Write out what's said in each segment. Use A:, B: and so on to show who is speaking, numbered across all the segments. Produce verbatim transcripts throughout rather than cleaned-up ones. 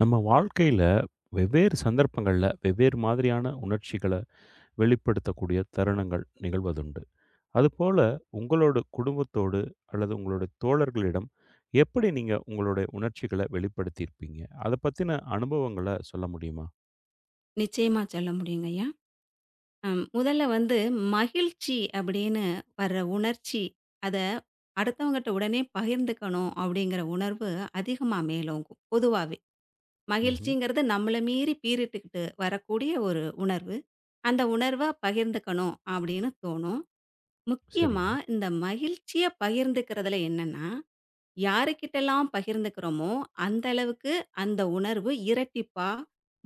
A: நம்ம வாழ்க்கையில வெவ்வேறு சந்தர்ப்பங்கள்ல வெவ்வேறு மாதிரியான உணர்ச்சிகளை வெளிப்படுத்தக்கூடிய தருணங்கள் நிகழ்வதுண்டு. அதுபோல உங்களோட குடும்பத்தோடு அல்லது உங்களுடைய தோழர்களிடம் எப்படி நீங்க உங்களுடைய உணர்ச்சிகளை வெளிப்படுத்தியிருப்பீங்க? அத பத்தின அனுபவங்கள சொல்ல முடியுமா?
B: நிச்சயமா சொல்ல முடியுங்கய்யா. அம் முதல்ல வந்து மகிழ்ச்சி அப்படின்னு வர்ற உணர்ச்சி, அத அடுத்தவங்கட்ட உடனே பகிர்ந்துக்கணும் அப்படிங்கிற உணர்வு அதிகமா மேலோங்கும், பொதுவாவே.
A: ம்ஹ்ம்.
B: மகிழ்ச்சிங்கிறது நம்மள மீறி பீறிட்டுக்கிட்டு வரக்கூடிய ஒரு உணர்வு. அந்த உணர்வ பகிர்ந்துக்கணும் அப்படின்னு தோணும். முக்கியமா
A: சரிங்க.
B: இந்த மகிழ்ச்சிய பகிர்ந்துக்கிறதுல என்னன்னா, யாருக்கிட்டலாம் பகிர்ந்துக்கிறோமோ, அந்த அளவுக்கு அந்த உணர்வு இரட்டிப்பா,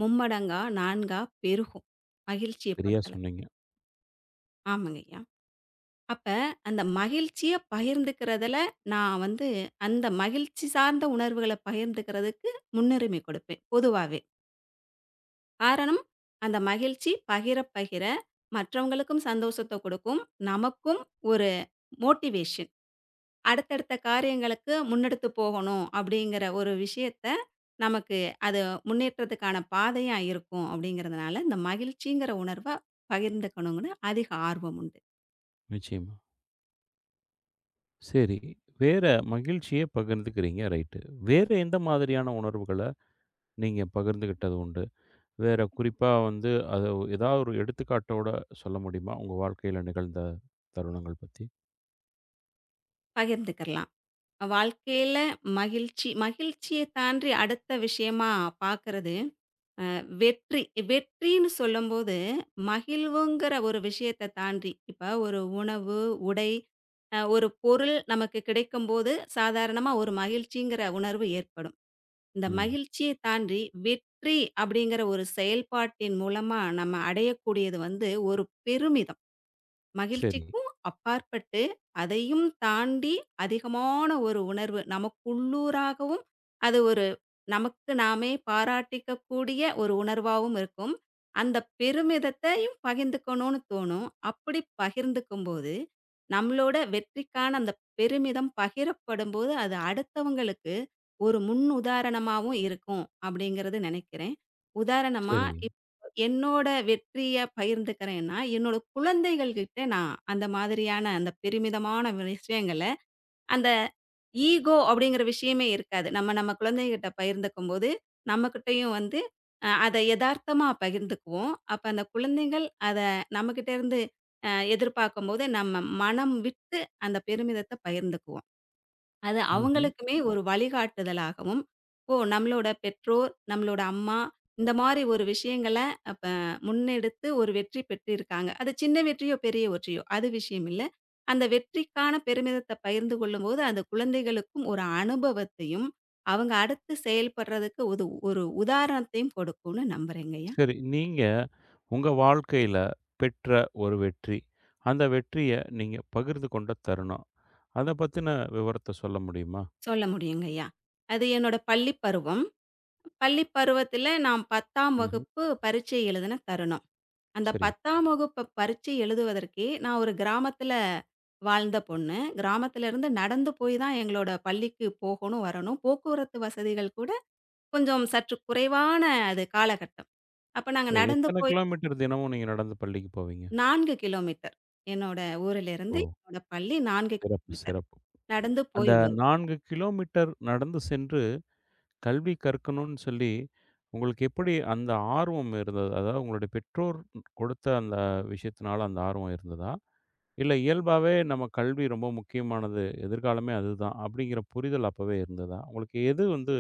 B: மும்மடங்கா, நான்காக பெருகும். மகிழ்ச்சிய
A: சரியா
B: பொறுத்தளவு.
A: சொன்னீங்க.
B: ஆமாங்கய்யா. அப்ப அந்த மகிழ்ச்சிய பகிர்ந்துக்கிறதுல, நான் வந்து அந்த மகிழ்ச்சி சார்ந்த உணர்வுகள பகிர்ந்துக்கிறதுக்கு முன்னுரிமை கொடுப்பேன், பொதுவாவே. காரணம், அந்த மகிழ்ச்சி பகிர பகிர மற்றவங்களுக்கும் சந்தோஷத்த கொடுக்கும். நமக்கும் ஒரு மோட்டிவேஷன். அடுத்தடுத்த காரியங்களுக்கு முன்னெடுத்து போகணும் அப்படிங்கிற ஒரு விஷயத்த, நமக்கு அது முன்னேற்றத்துக்கான பாதையா இருக்கும் அப்படிங்கிறதுனால, இந்த மகிழ்ச்சிங்கிற உணர்வ பகிர்ந்துக்கணுங்கன்னு அதிக ஆர்வம் உண்டு.
A: நிச்சயமா. சரி. வேற மகிழ்ச்சிய பகிர்ந்துக்கிறீங்க. ரைட்டு. வேற எந்த மாதிரியான உணர்வுகள நீங்க பகிர்ந்துகிட்டது உண்டு? வேற குறிப்பா வந்து, அது ஏதாவது ஒரு எடுத்துக்காட்டோட சொல்ல முடியுமா? உங்க வாழ்க்கையில நிகழ்ந்த தருணங்கள் பத்தி?
B: பகிர்ந்துக்கலாம். வாழ்க்கையில மகிழ்ச்சி மகிழ்ச்சிய தாண்டி அடுத்த விஷயமா பார்க்கறது வெற்றி. வெற்றின்னு சொல்லும்போது, மகிழ்வுங்கிற ஒரு விஷயத்த தாண்டி, இப்ப ஒரு உணவு, உடை, அ ஒரு பொருள் நமக்கு கிடைக்கும்போது, சாதாரணமா ஒரு மகிழ்ச்சிங்கிற உணர்வு ஏற்படும். இந்த
A: ம்.
B: மகிழ்ச்சிய தாண்டி வெற்றி அப்படிங்கிற ஒரு செயல்பாட்டின் மூலமா நம்ம அடையக்கூடியது வந்து ஒரு பெருமிதம்.
A: சரி,
B: மகிழ்ச்சிக்கும் அப்பாற்பட்டு, அதையும் தாண்டி அதிகமான ஒரு உணர்வு. நமக்குள்ளூராகவும் அது ஒரு நமக்கு நாமே பாராட்டிக்கக்கூடிய ஒரு உணர்வாவும் இருக்கும். அந்த பெருமிதத்தையும் பகிர்ந்துக்கணும்னு தோணும். அப்படி பகிர்ந்துக்கும்போது, நம்மளோட வெற்றிக்கான அந்த பெருமிதம் பகிரப்படும்போது, அது அடுத்தவங்களுக்கு ஒரு முன் உதாரணமாவும் இருக்கும், அப்படிங்கிறது நெனைக்கிறேன். உதாரணமா
A: சரி.
B: என்னோட வெற்றிய பகிர்ந்துக்கிறேன்னா, என்னோட குழந்தைகள் கிட்ட நான் அந்த மாதிரியான அந்த பெருமிதமான விஷயங்கள, அந்த ஈகோ அப்படிங்கிற விஷயமே இருக்காது. நம்ம நம்ம குழந்தைகிட்ட பகிர்ந்துக்கும்போது, நம்மகிட்டயும் வந்து அ அத எதார்த்தமா பகிர்ந்துக்குவோம். அப்ப அந்த குழந்தைகள் அத நம்மகிட்ட இருந்து அ எதிர்பார்க்கும்போது, நம்ம மனம் விட்டு அந்த பெருமிதத்த பகிர்ந்துக்குவோம். அது
A: ம்ஹ்ம்.
B: அவங்களுக்குமே ஒரு வழிகாட்டுதலாகவும். ஓ! நம்மளோட பெற்றோர், நம்மளோட அம்மா இந்த மாரி ஒரு விஷயங்கள அப்ப முன்னெடுத்து ஒரு வெற்றி பெற்றிருக்காங்க. அது சின்ன வெற்றியோ, பெரிய வெற்றியோ அது விஷயம் இல்ல. அந்த வெற்றிக்கான பெருமிதத்த பகிர்ந்து கொள்ளும்போது, அந்த குழந்தைகளுக்கும் ஒரு அனுபவத்தையும், அவங்க அடுத்து செயல்படுறதுக்கு உது ஒரு உதாரணத்தையும் கொடுக்கும்னு நம்புறேங்கய்யா.
A: சரி. நீங்க உங்க வாழ்க்கையில பெற்ற ஒரு வெற்றி, அந்த வெற்றிய நீங்க பகிர்ந்து கொண்ட தருணம். அத பத்தின விவரத்த சொல்ல முடியுமா?
B: சொல்ல முடியுங்கய்யா. அது என்னோட பள்ளி பருவம். பள்ளி பருவத்தில நான் பத்தாம்
A: ம்ஹ்ம்.
B: வகுப்பு பரீட்சை எழுதின தருணம். அந்த
A: சரி.
B: பத்தாம் வகுப்பு பரீட்சை எழுதுவதற்கே, நான் ஒரு கிராமத்தில வாழ்ந்த பொண்ணு. கிராமத்திலிருந்து நடந்து போய் தான் எங்களோட பள்ளிக்கு போகணும், வரணும். போக்குவரத்து வசதிகள் கூட கொஞ்சம் சற்று குறைவான அது காலகட்டம். அப்ப நாங்க
A: ஓ!
B: நடந்து
A: எத்தனை
B: போய்
A: கிலோமீட்டர் தினமும் நீங்க நடந்து பள்ளிக்கு போவீங்க?
B: நான்கு கிலோமீட்டர். என்னோட
A: ஓ!
B: ஊரிலிருந்து என்னோட பள்ளி நான்கு
A: சிறப்பு,
B: கிலோமீட்டர்.
A: சிறப்பு.
B: நடந்து
A: அந்த
B: போய் வருவோம்.
A: நான்கு கிலோமீட்டர் நடந்து சென்று கல்வி கற்கணும்னு சொல்லி, உங்களுக்கு எப்படி அந்த ஆர்வம் இருந்தது? அதாவது உங்களுடைய பெற்றோர் கொடுத்த அந்த விஷயத்தினால அந்த ஆர்வம் இருந்ததா? இல்ல இயல்பாவே நம்ம கல்வி ரொம்ப முக்கியமானது, எதிர்காலமே அதுதான் அப்படிங்கிற புரிதல் அப்பவே இருந்ததா? உங்களுக்கு எது வந்து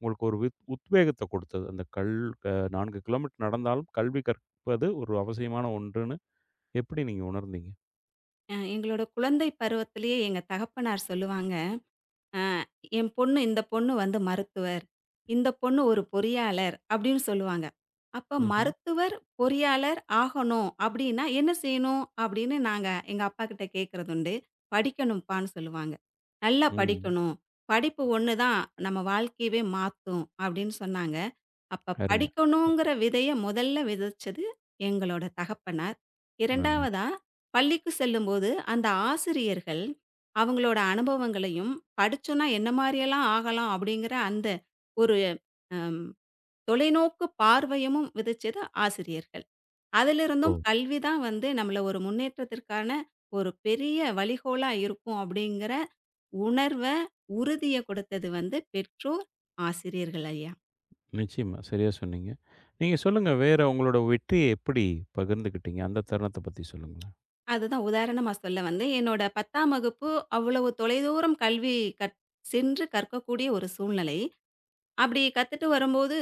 A: உங்களுக்கு ஒரு வித் உத்வேகத்த கொடுத்தது? அந்த கல் அ நான்கு கிலோமீட்டர் நடந்தாலும் கல்வி கற்பது ஒரு அவசியமான ஒன்றுன்னு எப்படி நீங்க உணர்ந்தீங்க?
B: அ எங்களோட குழந்தை பருவத்திலேயே எங்க தகப்பனார் சொல்லுவாங்க, ஆ என் பொண்ணு இந்த பொண்ணு வந்து மருத்துவர். இந்த பொண்ணு ஒரு பொறியாளர் அப்படின்னு சொல்லுவாங்க. அப்ப
A: ம்ஹ்ம்.
B: மருத்துவர், பொறியாளர் ஆகணும் அப்படின்னா என்ன செய்யணும்? அப்படின்னு நாங்க எங்க அப்பாகிட்ட கேட்கறதுண்டு. படிக்கணும்ப்பான்னு சொல்லுவாங்க. நல்லா
A: ம்.
B: படிக்கணும். படிப்பு ஒண்ணு தான் நம்ம வாழ்க்கையவே மாத்தும் அப்படின்னு சொன்னாங்க. அப்ப
A: அருமை.
B: படிக்கணுங்கிற விதைய முதல்ல விதைச்சது எங்களோட தகப்பனார்.
A: நல்ல விஷயம்.
B: இரண்டாவதா, பள்ளிக்கு செல்லும்போது அந்த ஆசிரியர்கள் அவங்களோட அனுபவங்களையும், படிச்சோம்னா என்ன மாரியெல்லாம் ஆகலாம் அப்படிங்கிற அந்த ஒரு அம் தொலைநோக்கு பார்வையமும் விதைச்சது ஆசிரியர்கள். அதிலிருந்தும்
A: ஓ!
B: கல்வி தான் வந்து நம்மள ஒரு முன்னேற்றத்திற்கான ஒரு பெரிய வழிகோலா இருக்கும் அப்படிங்கிற உணர்வ, உறுதிய குடுத்தது வந்து பெற்றோர், ஆசிரியர்கள் ஐயா.
A: நிச்சயமா. சரியா சொன்னீங்க. நீங்க சொல்லுங்க, வேற உங்களோட வெற்றிய எப்படி பகிர்ந்துக்கிட்டீங்க? அந்த தருணத்த பத்தி சொல்லுங்களேன்.
B: அதுதான் உதாரணமா சொல்ல வந்தேன். என்னோட பத்தாம் வகுப்பு அவ்வளவு தொலைதூரம் கல்வி கற் சென்று கற்கக்கூடிய ஒரு சூழ்நிலை. அப்படி கத்துட்டு வரும்போது,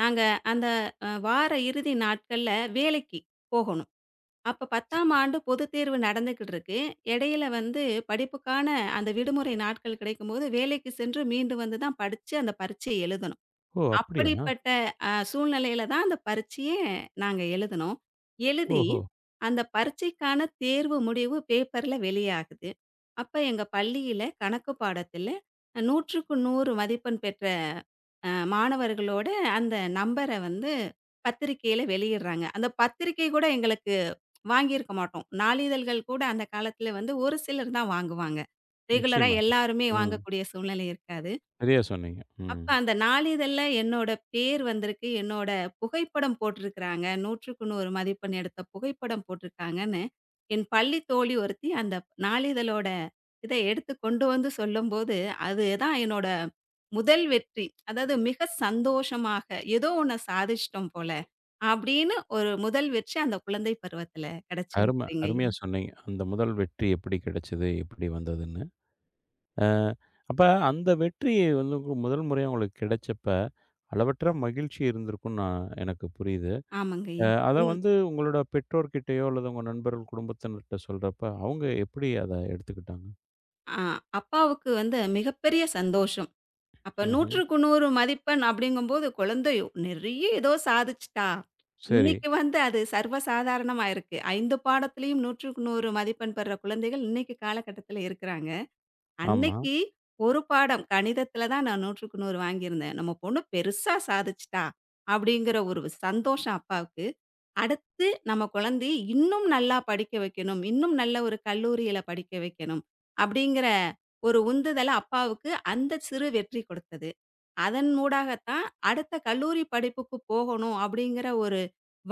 B: நாங்க அந்த அ வார இறுதி நாட்கள்ல வேலைக்கு போகணும். அப்ப பத்தாம் ஆண்டு பொதுத் தேர்வு நடந்துகிட்டு இருக்கு. இடையில வந்து படிப்புக்கான அந்த விடுமுறை நாட்கள் கிடைக்கும்போது, வேலைக்கு சென்று மீண்டு வந்து தான் படிச்சு அந்த பரீட்சைய எழுதணும்.
A: ஓ! அப்படியா?
B: அப்படிப்பட்ட அ சூழ்நிலையில தான் அந்த பரீட்சையே நாங்க எழுதுனோம். எழுதி
A: ஓஹோ!
B: அந்த பரீட்சைக்கான தேர்வு முடிவு பேப்பர்ல வெளியாகுது. அப்ப எங்க பள்ளியில கணக்கு பாடத்தில நூறுக்கு நூறு மதிப்பெண் பெற்ற அ மாணவர்களோட அந்த நம்பர வந்து பத்திரிக்கையில வெளியிடுறாங்க. அந்த பத்திரிக்கை கூட எங்களுக்கு வாங்கியிருக்க மாட்டோம். நாளிதழ்கள் கூட அந்த காலத்தில வந்து ஒரு சிலர் தான் வாங்குவாங்க. ரெகுலரா
A: நிச்சயமா.
B: எல்லாருமே
A: ம்.
B: வாங்கக்கூடிய சூழ்நிலை இருக்காது.
A: சரியா சொன்னீங்க. ம்.
B: அப்ப அந்த நாளிதழ்ல என்னோட பேர் வந்திருக்கு. என்னோட புகைப்படம் போட்டிருக்கிறாங்க. நூறுக்கு நூறு மதிப்பெண் எடுத்த புகைப்படம் போட்டிருக்காங்கன்னு, என் பள்ளி தோழி ஒருத்தி அந்த நாளிதழோட இத எடுத்து கொண்டு வந்து சொல்லும்போது, அதுதான் என்னோட முதல் வெற்றி. அதாவது மிக சந்தோஷமாக, ஏதோ ஒண்ண சாதிச்சுட்டோம் போல, அப்படின்னு ஒரு முதல் வெற்றி அந்த குழந்தை பருவத்துல
A: அரும
B: கிடைச்சிருச்சுங்கய்யா.
A: அருமையா சொன்னீங்க. அந்த முதல் வெற்றி எப்படி கிடைச்சது? எப்படி வந்ததுன்னு. அ அப்ப அந்த வெற்றி வந்து உங்க முதல் முறையா உங்களுக்கு கிடைச்சப்ப, அளவற்ற மகிழ்ச்சி இருந்திருக்கும்ன்னு நான் எனக்கு புரியுது. அ
B: ஆமாங்கய்யா.
A: அத
B: என்
A: வந்து உங்களோட பெற்றோர்கிட்டயோ, அல்லது உங்க நண்பர்கள், குடும்பத்தினர்ட்ட சொல்றப்ப, அவங்க எப்படி அத எடுத்துக்கிட்டாங்க?
B: அ அப்பாவுக்கு வந்து மிகப்பெரிய சந்தோஷம். அப்ப
A: ம்ஹ்ம்.
B: நூறுக்கு நூறு மதிப்பெண் அப்படிங்கும்போது, குழந்தை நெறைய ஏதோ சாதிச்சுட்டா!
A: சரி.
B: இன்னைக்கு வந்து அது சர்வசாதாரணமா இருக்கு. ஐந்து பாடத்திலயும் நூறுக்கு நூறு மதிப்பெண் பெற குழந்தைகள் இன்னைக்கு காலகட்டத்தில இருக்கிறாங்க.
A: ஆமா.
B: அன்னைக்கு ஒரு பாடம் கணிதத்தில தான் நான் நூறுக்கு நூறு வாங்கியிருந்தேன். நம்ம பொண்ணு பெருசா சாதிச்சுட்டா! அப்படிங்கிற ஒரு சந்தோஷம் அப்பாவுக்கு. அடுத்து நம்ம குழந்தைய இன்னும் நல்லா படிக்க வைக்கணும். இன்னும் நல்ல ஒரு கல்லூரியில படிக்க வைக்கணும். அப்படிங்கிற ஒரு உந்துதல அப்பாவுக்கு அந்த சிறு வெற்றி கொடுத்தது. அதன் ஊடாகத்தான் அடுத்த கல்லூரி படிப்புக்கு போகணும் அப்படிங்கிற ஒரு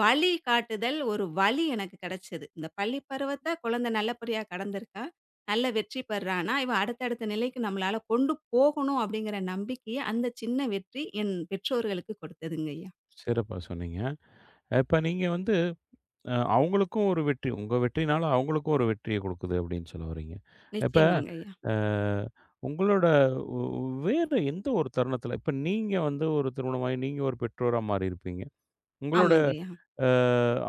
B: வழிகாட்டுதல், ஒரு வழி எனக்கு கிடைச்சது. இந்த பள்ளி பருவத்த குழந்தை நல்லபடியா கடந்திருக்கா, நல்ல வெற்றி பெறான்னா, இவ அடுத்தடுத்த நிலைக்கு நம்மளால கொண்டு போகணும் அப்படிங்கிற நம்பிக்கைய அந்த சின்ன வெற்றி என் பெற்றோர்களுக்கு கொடுத்ததுங்கய்யா.
A: சிறப்பா சொன்னீங்க. இப்ப நீங்க வந்து அ அவங்களுக்கும் ஒரு வெற்றி, உங்க வெற்றினால அவங்களுக்கும் ஒரு வெற்றிய குடுக்குது அப்படின்னு சொல்ல வர்றீங்க. இப்ப
B: நிச்சயமாங்கய்யா.
A: அ உங்களோட உ வேறு எந்த ஒரு தருணத்தில இப்ப நீங்க வந்து ஒரு திருமணமாகி நீங்க ஒரு பெற்றோரா மாறியிருப்பீங்க. உங்களோட
B: ஆமாங்கய்யா.
A: அ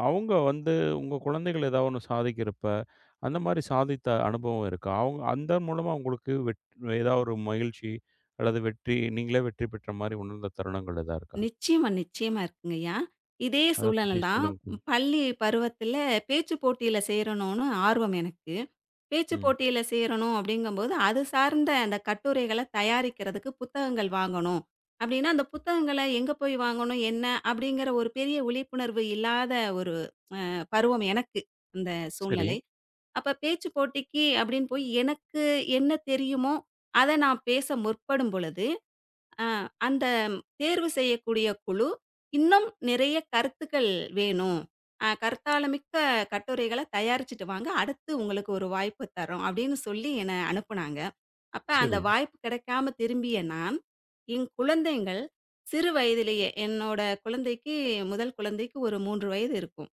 A: அவங்க வந்து உங்க குழந்தைகள் ஏதாவது ஒண்ணு சாதிக்கிறப்ப, அந்த மாரி சாதித்த அனுபவம் இருக்கா? அவங்க அந்த மூலமா உங்களுக்கு வெட் ஏதாவது ஒரு மகிழ்ச்சி அல்லது வெற்றி நீங்களே வெற்றி பெற்ற மாரி உணர்ந்த தருணங்கள் ஏதாவது இருக்கா?
B: நிச்சயமா, நிச்சயமா இருக்குங்கய்யா. இதே
A: அத
B: சூழல்
A: பத்தி
B: தான்.
A: சொல்லுங்க கொஞ்சம்.
B: பள்ளி பருவத்தில பேச்சு போட்டியில சேரணும்னு ஆர்வம் எனக்கு. பேச்சு
A: ம்.
B: போட்டியில சேரணும் அப்படிங்கும்போது, அது சார்ந்த அந்த கட்டுரைகள தயாரிக்கிறதுக்கு புத்தகங்கள் வாங்கணும். அப்படின்னா, அந்த புத்தகங்கள எங்க போய் வாங்கணும்? என்ன? அப்படிங்கிற ஒரு பெரிய விழிப்புணர்வு இல்லாத ஒரு அ பருவம் எனக்கு, அந்த
A: சரி,
B: சூழ்நிலை. அப்ப பேச்சு போட்டிக்கு அப்படின்னு போய் எனக்கு என்ன தெரியுமோ, அத நான் பேச முற்படும் பொழுது ஆ அந்த தேர்வு செய்யக்கூடிய குழு, இன்னும் நிறைய கருத்துக்கள் வேணும். அ கருத்தால மிக்க கட்டுரைகள தயாரிச்சுட்டு வாங்க. அடுத்து உங்களுக்கு ஒரு வாய்ப்பு தர்றோம். அப்படின்னு சொல்லி என்ன அனுப்புனாங்க. அப்ப அந்த
A: சரி.
B: வாய்ப்பு கிடைக்காம திரும்பிய நான், என் குழந்தைங்கள் சிறு வயதிலேயே என்னோட குழந்தைக்கு முதல் குழந்தைக்கு ஒரு மூன்று வயது இருக்கும்.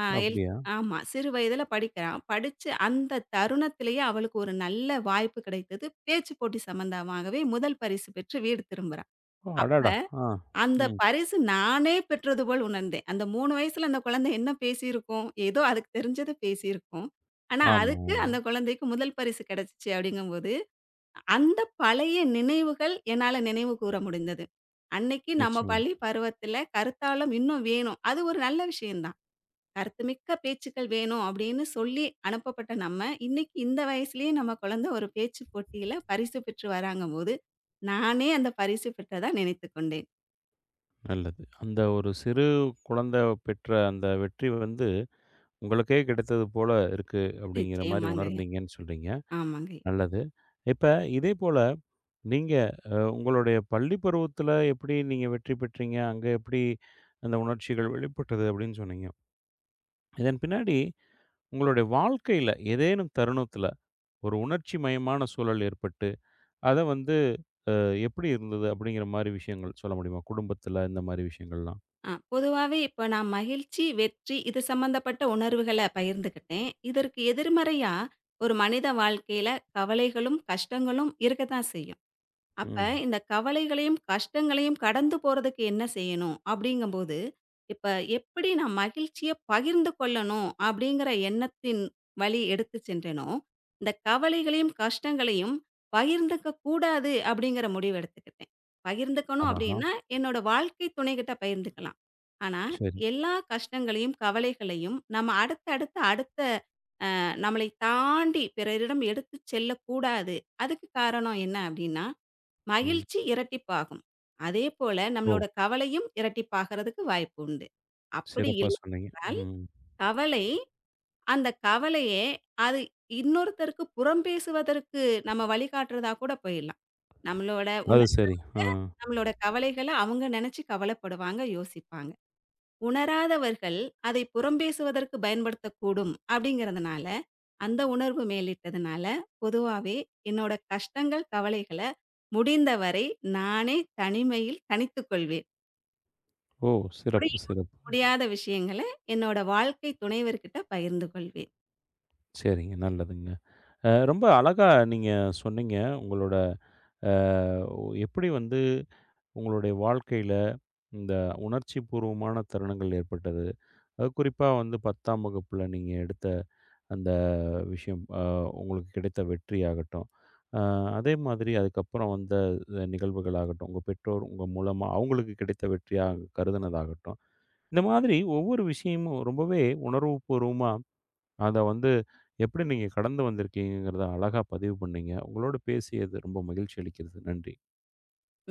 B: ஆ எல்
A: அப்படியா?
B: ஆமா. சிறு வயதில படிக்கிறா. படிச்சு அந்த தருணத்திலேயே அவளுக்கு ஒரு நல்ல வாய்ப்பு கிடைத்தது. பேச்சு போட்டி சம்பந்தமாகவே முதல் பரிசு பெற்று வீடு திரும்புறா.
A: ஓ!
B: அப்ப,
A: அடடா! ஆ.
B: அந்த
A: ம்.
B: பரிசு நானே பெற்றது போல் உணர்ந்தேன். அந்த மூணு வயசுல அந்த குழந்தை என்ன பேசியிருக்கும்? ஏதோ அதுக்கு தெரிஞ்சத பேசியிருக்கும். ஆனா,
A: ஆமா,
B: அதுக்கு
A: ஆமா.
B: அந்த குழந்தைக்கு முதல் பரிசு கிடைச்சுச்சு அப்படிங்கும்போது, அந்த பழைய நினைவுகள் என்னால நினைவு கூர முடிந்தது. அன்னைக்கு நம்ம
A: நிச்சயமா.
B: பள்ளி பருவத்துல கருத்தாழம் இன்னும் வேணும். அது ஒரு நல்ல விஷயம் தான். கருத்துமிக்க பேச்சுக்கள் வேணும் அப்படின்னு சொல்லி அனுப்பப்பட்ட நம்ம, இன்னைக்கு இந்த வயசுலயே நம்ம குழந்தை ஒரு பேச்சு போட்டியில பரிசு பெற்று வராங்கம்போது, நானே அந்த பரிசு பெற்றதா நினைத்துக் கொண்டேன்.
A: நல்லது. அந்த ஒரு சிறு குழந்தை பெற்ற அந்த வெற்றி வந்து, உங்களுக்கே கிடைத்தது போல இருக்கு அப்படிங்கிற மாரி
B: நிச்சயமாங்க.
A: உணர்ந்தீங்கன்னு சொல்றீங்க.
B: ஆமாங்க.
A: நல்லது. இப்ப இதே போல நீங்க அ உங்களுடைய பள்ளி பருவத்தில எப்படி நீங்க வெற்றி பெற்றீங்க? அங்க எப்படி அந்த உணர்ச்சிகள் வெளிப்பட்டது அப்படின்னு சொன்னீங்க. இதன் பின்னாடி உங்களுடைய வாழ்க்கையில ஏதேனும் தருணத்தில ஒரு உணர்ச்சி மயமான சூழல் ஏற்பட்டு, அத வந்து எப்படி இருந்தது? அப்படிங்கிற மாரி விஷயங்கள் சொல்ல முடியுமா? குடும்பத்தில இந்த மாரி விஷயங்கள்லாம்.
B: அ பொதுவாவே இப்ப நான் மகிழ்ச்சி, வெற்றி இது சம்மந்தப்பட்ட உணர்வுகள பகிர்ந்துக்கிட்டேன். இதற்கு எதிர்மறையா ஒரு மனித வாழ்க்கையில கவலைகளும், கஷ்டங்களும் இருக்கத்தான் செய்யும். அப்ப
A: ம்.
B: இந்த கவலைகளையும், கஷ்டங்களையும் கடந்து போறதுக்கு என்ன செய்யணும்? அப்படிங்கும்போது, இப்ப எப்படி நான் மகிழ்ச்சிய பகிர்ந்து கொள்ளணும் அப்படிங்கிற எண்ணத்தின் வழி எடுத்து சென்றேனோ, இந்த கவலைகளையும், கஷ்டங்களையும் பகிர்ந்துக்க கூடாது அப்படிங்கிற முடிவு எடுத்துக்கிட்டேன். பகிர்ந்துக்கணும்
A: ஆஹஹா!
B: அப்படின்னா, என்னோட வாழ்க்கை துணைகிட்ட பகிர்ந்துக்கலாம். ஆனா,
A: சரி.
B: எல்லா கஷ்டங்களையும், கவலைகளையும் நம்ம அடுத்த அடுத்த அடுத்த அ நம்மளை தாண்டி பிறரிடம் எடுத்துச் செல்லக்கூடாது. அதுக்கு காரணம் என்ன அப்படின்னா,
A: ம்.
B: மகிழ்ச்சி இரட்டிப்பாகும். அதேபோல
A: ஓ!
B: நம்மளோட கவலையும் இரட்டிப்பாகறதுக்கு வாய்ப்பு உண்டு. அப்படி
A: சிறப்பா
B: இல்லை
A: சொன்னீங்க.
B: என்றால்,
A: ம்.
B: கவலை அந்த கவலையே அது இன்னொருத்தருக்கு புறம் பேசுவதற்கு நம்ம வழிகாட்டுறதா கூட போயிடலாம். நம்மளோட
A: அது
B: உணர்
A: சரி. ஆ.
B: நம்மளோட கவலைகள அவங்க நெனச்சு கவலைப்படுவாங்க, யோசிப்பாங்க. உணராதவர்கள் அதை புறம்பேசுவதற்கு பயன்படுத்தக்கூடும் அப்படிங்கிறதுனால, அந்த உணர்வு மேலிட்டதுனால, பொதுவாவே என்னோட கஷ்டங்கள், கவலைகள முடிந்தவரை நானே தனிமையில் தணித்துக் கொள்வேன்.
A: ஓ! சிறப்பு,
B: முடியுமா?
A: சிறப்பு.
B: முடியாத விஷயங்கள என்னோட வாழ்க்கை துணைவர்கிட்ட பகிர்ந்து கொள்வேன்.
A: சரிங்க. நல்லதுங்க. அ ரொம்ப அழகா நீங்க சொன்னீங்க. உங்களோட அ எப்படி வந்து உங்களுடைய வாழ்க்கையில இந்த உணர்ச்சி பூர்வமான தருணங்கள் ஏற்பட்டது. அது குறிப்பா வந்து பத்தாம் வகுப்புல நீங்க எடுத்த அந்த விஷயம் அ உங்களுக்கு கிடைத்த வெற்றி ஆகட்டும். அ அதே மாதிரி அதுக்கப்புறம் வந்த அ நிகழ்வுகளாகட்டும், உங்க பெற்றோர் உங்க மூலமா அவங்களுக்கு கிடைத்த வெற்றியா கருதுனதாகட்டும். இந்த மாதிரி ஒவ்வொரு விஷயமும் ரொம்பவே உணர்வுபூர்வமா அத வந்து எப்படி நீங்க கடந்து வந்திருக்கீங்கங்கிறத அழகா பதிவு பண்ணீங்க. உங்களோட பேசியது ரொம்ப மகிழ்ச்சி அளிக்கிறது. நன்றி.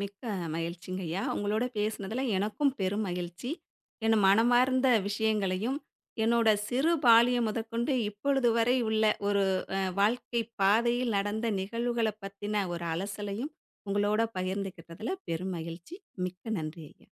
B: மிக்க மகிழ்ச்சிங்கய்யா. உங்களோட பேசினதுல எனக்கும் பெரும் மகிழ்ச்சி. என் மனமார்ந்த விஷயங்களையும், என்னோட சிறு பால்யம் முதற்கொண்டு இப்பொழுது வரை உள்ள ஒரு அ வாழ்க்கை பாதையில் நடந்த நிகழ்வுகள பத்தின ஒரு அலசலையும், உங்களோட பகிர்ந்துக்கிட்டதுல பெரும் மகிழ்ச்சி. மிக்க நன்றி ஐயா!